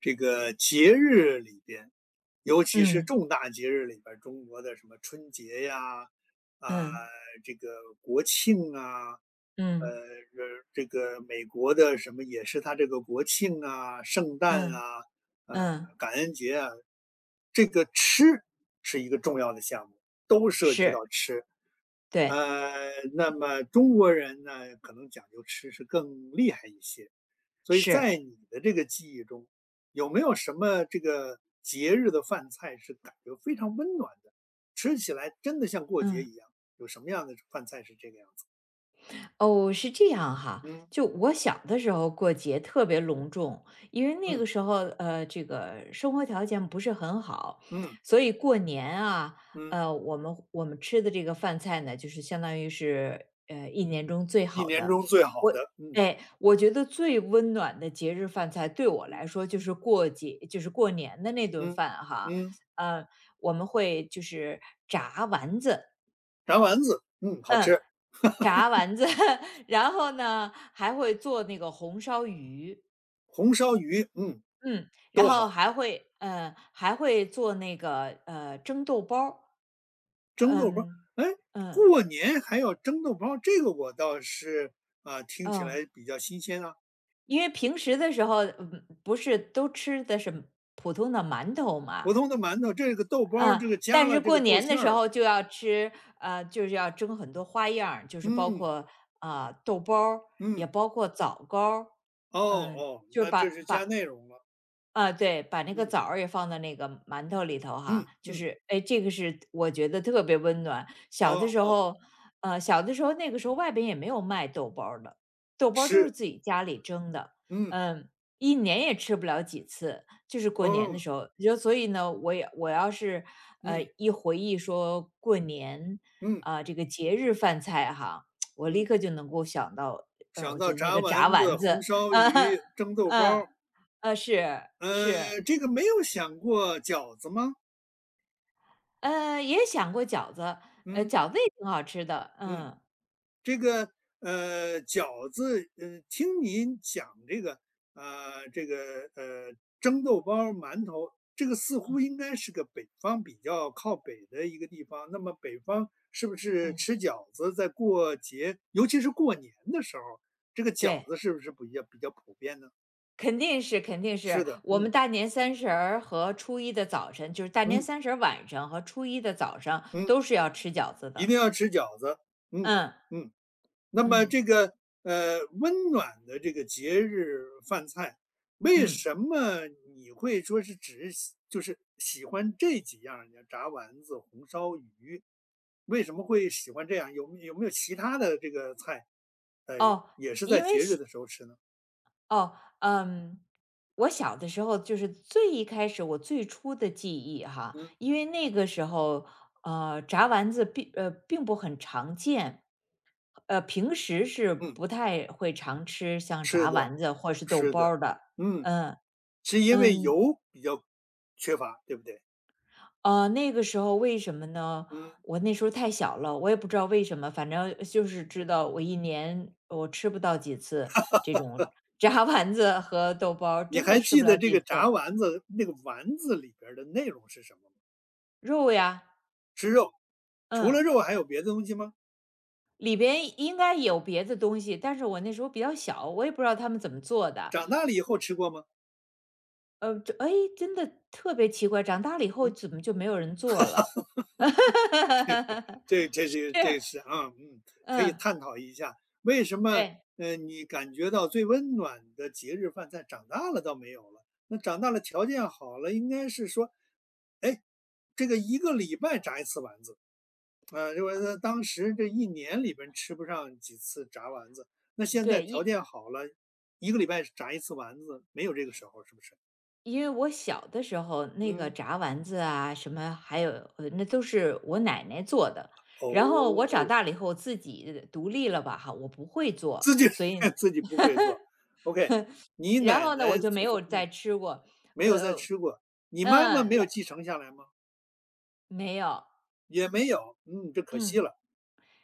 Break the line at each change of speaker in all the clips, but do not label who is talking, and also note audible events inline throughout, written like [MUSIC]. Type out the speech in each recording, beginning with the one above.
这个节日里边，尤其是
嗯
重大节日里边儿中国的什么春节呀，啊、
嗯
这个国庆啊，呃，
嗯
这个美国的什么也是他这个国庆啊、圣诞
嗯
啊、呃，
嗯，
感恩节啊，这个吃是一个重要的项目，都涉及
是，
到吃。
对，
那么中国人呢，可能讲究吃是更厉害一些。所以
是，
在你的这个记忆中，有没有什么这个节日的饭菜是感觉非常温暖的，吃起来真的像过节
嗯。
一样？有什么样的饭菜是这个样子？
哦，是这样哈。
嗯
就我小的时候过节特别隆重，因为那
嗯
个时候这个生活条件不是很好，
嗯
所以过年啊，
嗯，
我们吃的这个饭菜呢，就是相当于是一年中最
一
好
年
的。
中最好
我
的，嗯
我觉得最温暖的节日饭菜对我来
嗯
说就是过节，就是过年的那顿
嗯
饭哈。
嗯，
嗯，我们会就是炸丸子，
炸丸子，嗯，好
嗯，
吃，
炸丸子，[LAUGHS] 然后呢，还会做那个红烧鱼，
红烧鱼，嗯，
嗯，然
都好，
后还会做那个蒸豆包儿。
蒸豆包儿，
嗯
哎，
嗯
过年还要蒸豆包儿这个我倒是听起
嗯，
来比较新鲜啊。
因为平时的时候，不是都吃的是普通的馒头
普
嘛，
通的馒头，这个豆包儿
啊、
这个加
但
了
是
这
过
个豆
年
馅
的时
儿了。
候就要吃，就是要蒸很多花样儿就是包
嗯
括啊、豆包儿也
嗯，
包括枣糕儿。
哦
嗯、
哦，
就是
那这
把
是加
把
内容了，
啊，对，把那个
嗯
枣儿也放到那个馒头里头哈，
嗯
就
嗯，
是，哎，这个是我觉得特别温暖。
哦
小的时
哦，
候，小的时候那个时候外边也没有卖豆包儿的，豆包儿都是
是，
自己家里蒸的，
嗯
嗯，一年也吃不了几次，就是过年的
哦
时候。就所以呢，我要是
嗯
一回忆说过年
嗯
啊、这个节日饭菜哈，我立
嗯，
刻就能够想到，
想
我
到
觉得那
炸
个炸
丸子、
丸子，
红
[LAUGHS]
烧
嗯
鱼、蒸豆包
嗯。
儿，
是，是，
这个没有想过饺子吗？
也想过饺子，
嗯
饺子也挺好吃的，
嗯。
嗯，
这个饺子，听您讲这个这个蒸豆包儿馒头，这个似乎应该是个北方比较靠北的一个地方。那么北方是不是
嗯，
吃饺子在过节，尤其是过年的时候，这个饺
对，
子是不是比较比较普遍呢？
肯定是肯定
是
是。
的，
我
嗯
们大年三十儿和初一的早晨，就是大年
嗯
三十儿晚上和初一的早上
嗯，
都是要吃饺子
一定
的，
要吃饺子，嗯
嗯，
嗯。那么
嗯，
这个温暖的这个节日饭菜，为
嗯，
什么你会说是就是喜欢这几样儿呢？炸丸子、红烧鱼，为什么会喜欢这样？有没有其他的这个菜，呃，
哦，
也是在
因为
节日的时候吃呢？
哦，嗯，我小的时候就是最一开始我最初的记忆哈，
嗯
因为那个时候炸丸子并不很常见，平时是
嗯，
不太会常吃像
是
炸
的，
丸子或是豆
是
包
的，
儿的，
嗯，
嗯
是因为
嗯
油比较缺乏，对不对？
那个时候为什么呢？
嗯，
我那时候太小了，我也不知道为什么，反正就是知道我一年我吃不到几次这种炸丸子和豆包儿
你
真的
还
吃
记
不
得
了
这
几
个炸
次。
丸子那个丸子里边儿的内容是什么吗？
肉呀，
吃肉，除了
嗯，
肉还有别的东西吗？
里边应该有别的东西，但是我那时候比较小，我也不知道他们怎么做的。
长大了以后吃过吗？
这哎，真的特别奇怪，长大了以后
嗯，
怎么就没有人做了？
这这
[LAUGHS]
这
是，
这是啊，嗯，可以
嗯，
探讨一下为什么
对
你感觉到最温暖的节日饭菜长大了倒没有了？那长大了条件好了，应该是说，哎，这个一个礼拜炸一次丸子啊，因为他当时这一年里边吃不上几次炸丸子，那现在
对，
条
因
件好了，一个礼拜炸一次丸子，没有这个时候是不是？
因为我小的时候那个
嗯，
炸丸子啊，什么还有那都是我奶奶做的。然后我
哦，
长大了以后自己独立了吧，哈，我不会做，
自己
所以
[LAUGHS] 自己不会做。OK，你
然
奶
后呢，
奶
我就没
就
有
说，嗯
再吃过。
没有再
呃，
吃过，你妈妈
嗯，
没有继承下来吗？
没有，
也没有，嗯，这可惜
嗯。
了。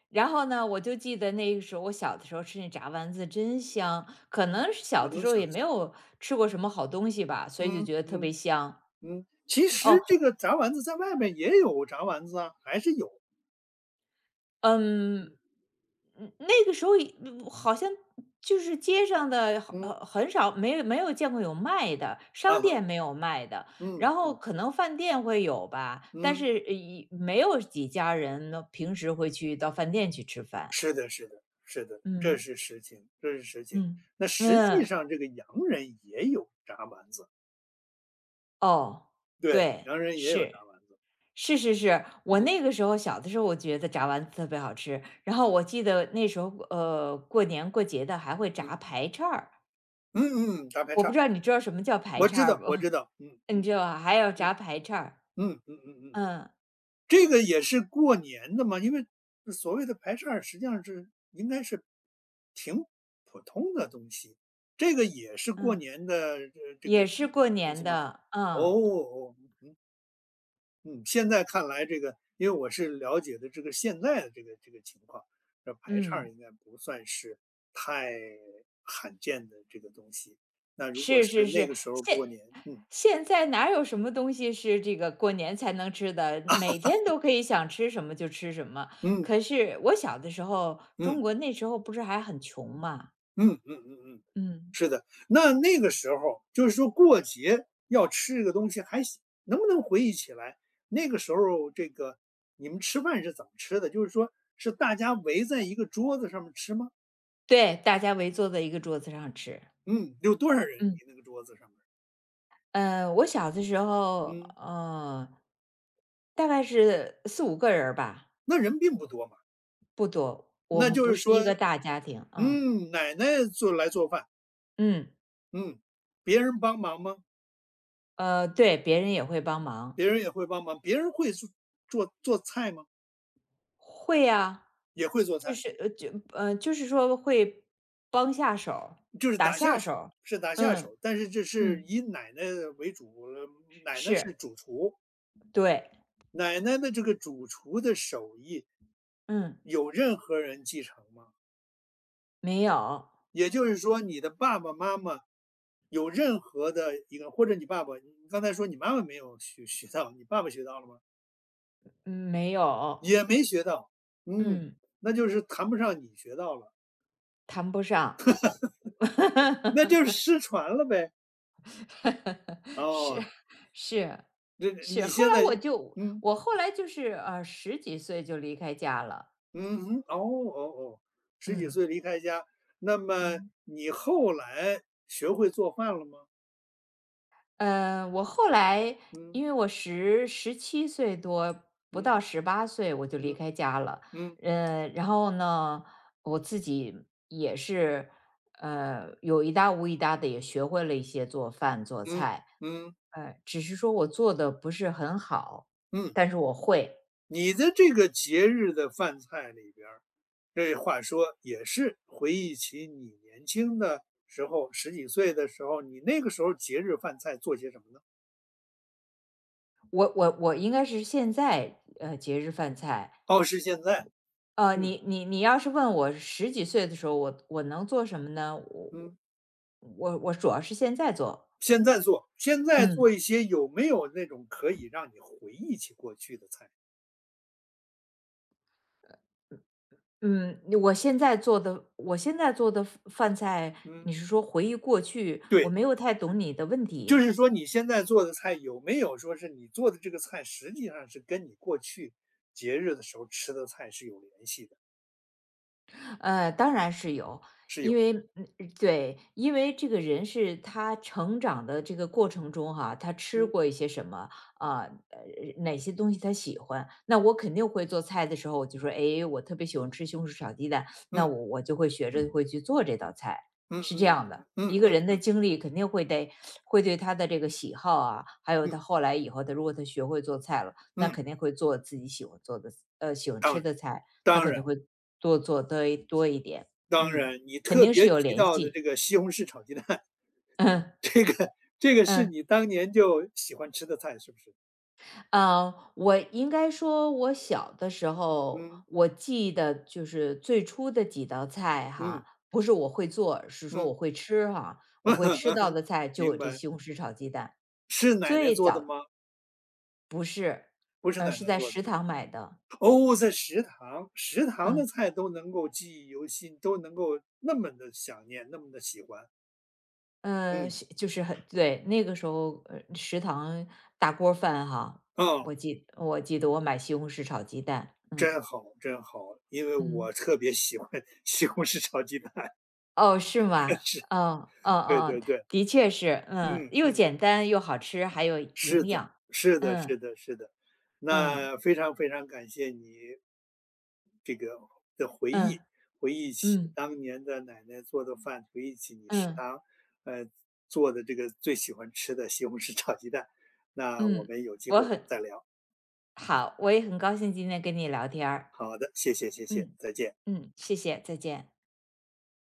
然后呢，我就记得那个时候，我小的时候吃那炸丸子真香，可能是小
我
的
能
时候
想
也没
象，
有吃过什么好东西吧，所以就
嗯
觉得特别
嗯
香。
嗯，其实
哦，
这个炸丸子在外面也有炸丸子啊，还是有，
嗯，
嗯
嗯那个时候也好像就是街上的好
嗯
很少，没有见过有卖的，
啊
商
哈，
店没有卖的，
嗯
然后
嗯
可能饭店会有吧，但
嗯，
是一没有几家人呢平时会去到饭店去吃饭。
是的，是的，是的，这
嗯
是实情，这是实情。
嗯
那实际
嗯。
上这个洋人也有炸丸子，
哦，
对，
对，
洋人也有炸
是，
丸子，
是是是。我那
嗯
个时候小的时候，我觉得炸丸子特别好吃，然后我记得那时候，过年过节的还会
嗯
炸排叉儿，
嗯嗯，大排
我
叉。
不知道你知道什么叫排
我
叉
知
儿
道，
不？
我知道，嗯
[LAUGHS] 你
嗯
知道吧？还有
嗯
炸排叉儿，
嗯嗯嗯嗯，
嗯
这个也是过年的嘛，因为所谓的排叉儿实际上是应该是挺普通的东西，这个也是过
嗯，
年的这这
也
个
是过
东
年
西吗？
的，
哦，
嗯
哦，嗯，现在看来这个，因为我是了解的这个现在的这个这个情况，这排叉
嗯。
儿应该不算是太罕见的这个东西。那如果
是
是
是
那
是，
个时候过年，嗯
现在哪有什么东西是这个过年才能吃的，每天都可以想吃什么就吃什么。
嗯
可是我小的时候，
嗯
中国那时候不是还很穷嘛，
嗯嗯嗯嗯。
嗯，
那那个时候就是说过节要吃这个东西，还行能不能回忆起来那个时候这个你们吃饭是怎么吃的？就是说是大家围在一个桌子上面吃吗？
对，大家围坐在一个桌子上吃，
嗯，有多少人？你
嗯，
那个桌子上面？
我小的时候，
嗯，
呃，大概是四五个人儿吧，
那人并不多嘛。
不多，我
那
们
就
不
是
是
说，
一个大家庭，嗯
嗯，奶奶做来做饭，
嗯，
嗯，别人帮忙吗？
对，别人也会帮忙。
别人也会帮忙，别人会做菜吗？
会呀，
也会做菜。
就是说会帮下手儿
就是
打
打下
下手
手，
儿。
是打下
嗯，
手，但是这是
嗯，
以奶奶为主了，奶奶是
是，
主厨，
对，
奶奶的这个主厨的手艺
嗯，
有任何人继承吗？
没有，
也就是说，你的爸爸妈妈有任何的一个，或者你爸爸，你刚才说你妈妈没有学到，你爸爸学到了吗？
嗯，没有，
也没学到，嗯，
嗯，
那就是谈不上你学到了，
谈不上。
那
[LAUGHS]
就是失传了呗。
是，
哦，
是，
这
是，
你
后
现
来
在，
我就
嗯。
我后来就是，十几岁就离开家了，
嗯嗯哦哦哦，十几
嗯，
岁离开家，那么
嗯。
你后来学会做饭了吗？
我后来
嗯
因为我十七岁多，不
嗯
到18岁我就离
嗯
开家了。
嗯
然后呢，我自己也是，有一搭无一搭的，也学会了一些做饭做
嗯
菜。
嗯
只是说我做的不是很好，
嗯，
但是我会。
你的这个节日的饭菜里边儿，这话说也是回忆起你年轻的时候，十几岁的时候，你那个时候节日饭菜做些什么呢？
我应该是现在，节日饭菜。
哦，是现在，嗯
你你你要是问我十几岁的时候，我能做什么呢？我
嗯，
我主要是现在做，
现在做，现在
嗯
做一些有没有那种可以让你回忆起过去的菜？
嗯，我现在做的饭菜，你
嗯，
是说回忆过去？我
对。
没有太懂你的问
就
题。
是说你现在做的菜有没有说是你做的这个菜，实际上是跟你过去节日的时候吃的菜是有联系的？
当然是有，
是有，
因为嗯，对，因为这个人是他成长的这个过程中哈，他吃
嗯
过一些什么啊，哪些东西他喜欢，那我肯定会做菜的时候，我就说，哎，我特别喜欢吃西红柿炒鸡蛋，
嗯
那我就会学着会去做这道菜，
嗯
是这
嗯
样的。
嗯
一个
嗯
人的经历肯定会对，会对他的这个喜好啊，还有
嗯
他后来以后，他如果他学会做菜了，那
嗯，
肯定会做自己喜欢做的，喜欢
当
吃
然
的菜。他
当
肯
然
定会多做多一点，
当
嗯，
然，你
肯
特
定
别
是有
提
联
到的
系。
这个西红柿炒鸡蛋，
[LAUGHS] 嗯
[LAUGHS] 这个这个是
嗯，
你当年就喜欢吃的菜，是不是？
啊，我应该说我小的时候，
嗯
我记得就是最初的几道菜
嗯
哈，不是我会做，是说
嗯，
我会吃哈，我会吃到
[LAUGHS]
的菜就
明
有这
白，
西红柿炒鸡蛋。
是奶奶
最
做的
早
吗？
不是，
不是奶
是
奶
在
做的。
食堂买的，
哦，在食堂，食堂的
嗯。
菜都能够记忆犹新，都能够那么的想念，那么的喜欢。
嗯，
嗯。
是就是很对，那个时候，食堂大锅饭哈，
哦，
我记得我买西红柿炒鸡蛋，嗯，
真好真好，因为我
嗯，
特别喜欢 [LAUGHS] 西红柿炒鸡蛋，[LAUGHS]
哦，是吗？哦，哦
对
哦，
对对，
的确是，
嗯
嗯，又
嗯。
简单又好吃，还有
是
营
的，
养，
是的，
嗯
是的，是的。
嗯
那非常非常感谢你这个的回忆，
嗯
回忆起
嗯
当年的奶奶做的饭，回忆起你食
嗯
堂，呃，做的这个最喜欢吃的西红柿炒鸡蛋。那我
嗯，
们有机
我
会
很
再聊。
好，我也很高兴今天跟你聊天儿，
好的，谢谢，谢谢，
嗯
再见。
嗯，谢谢，再见。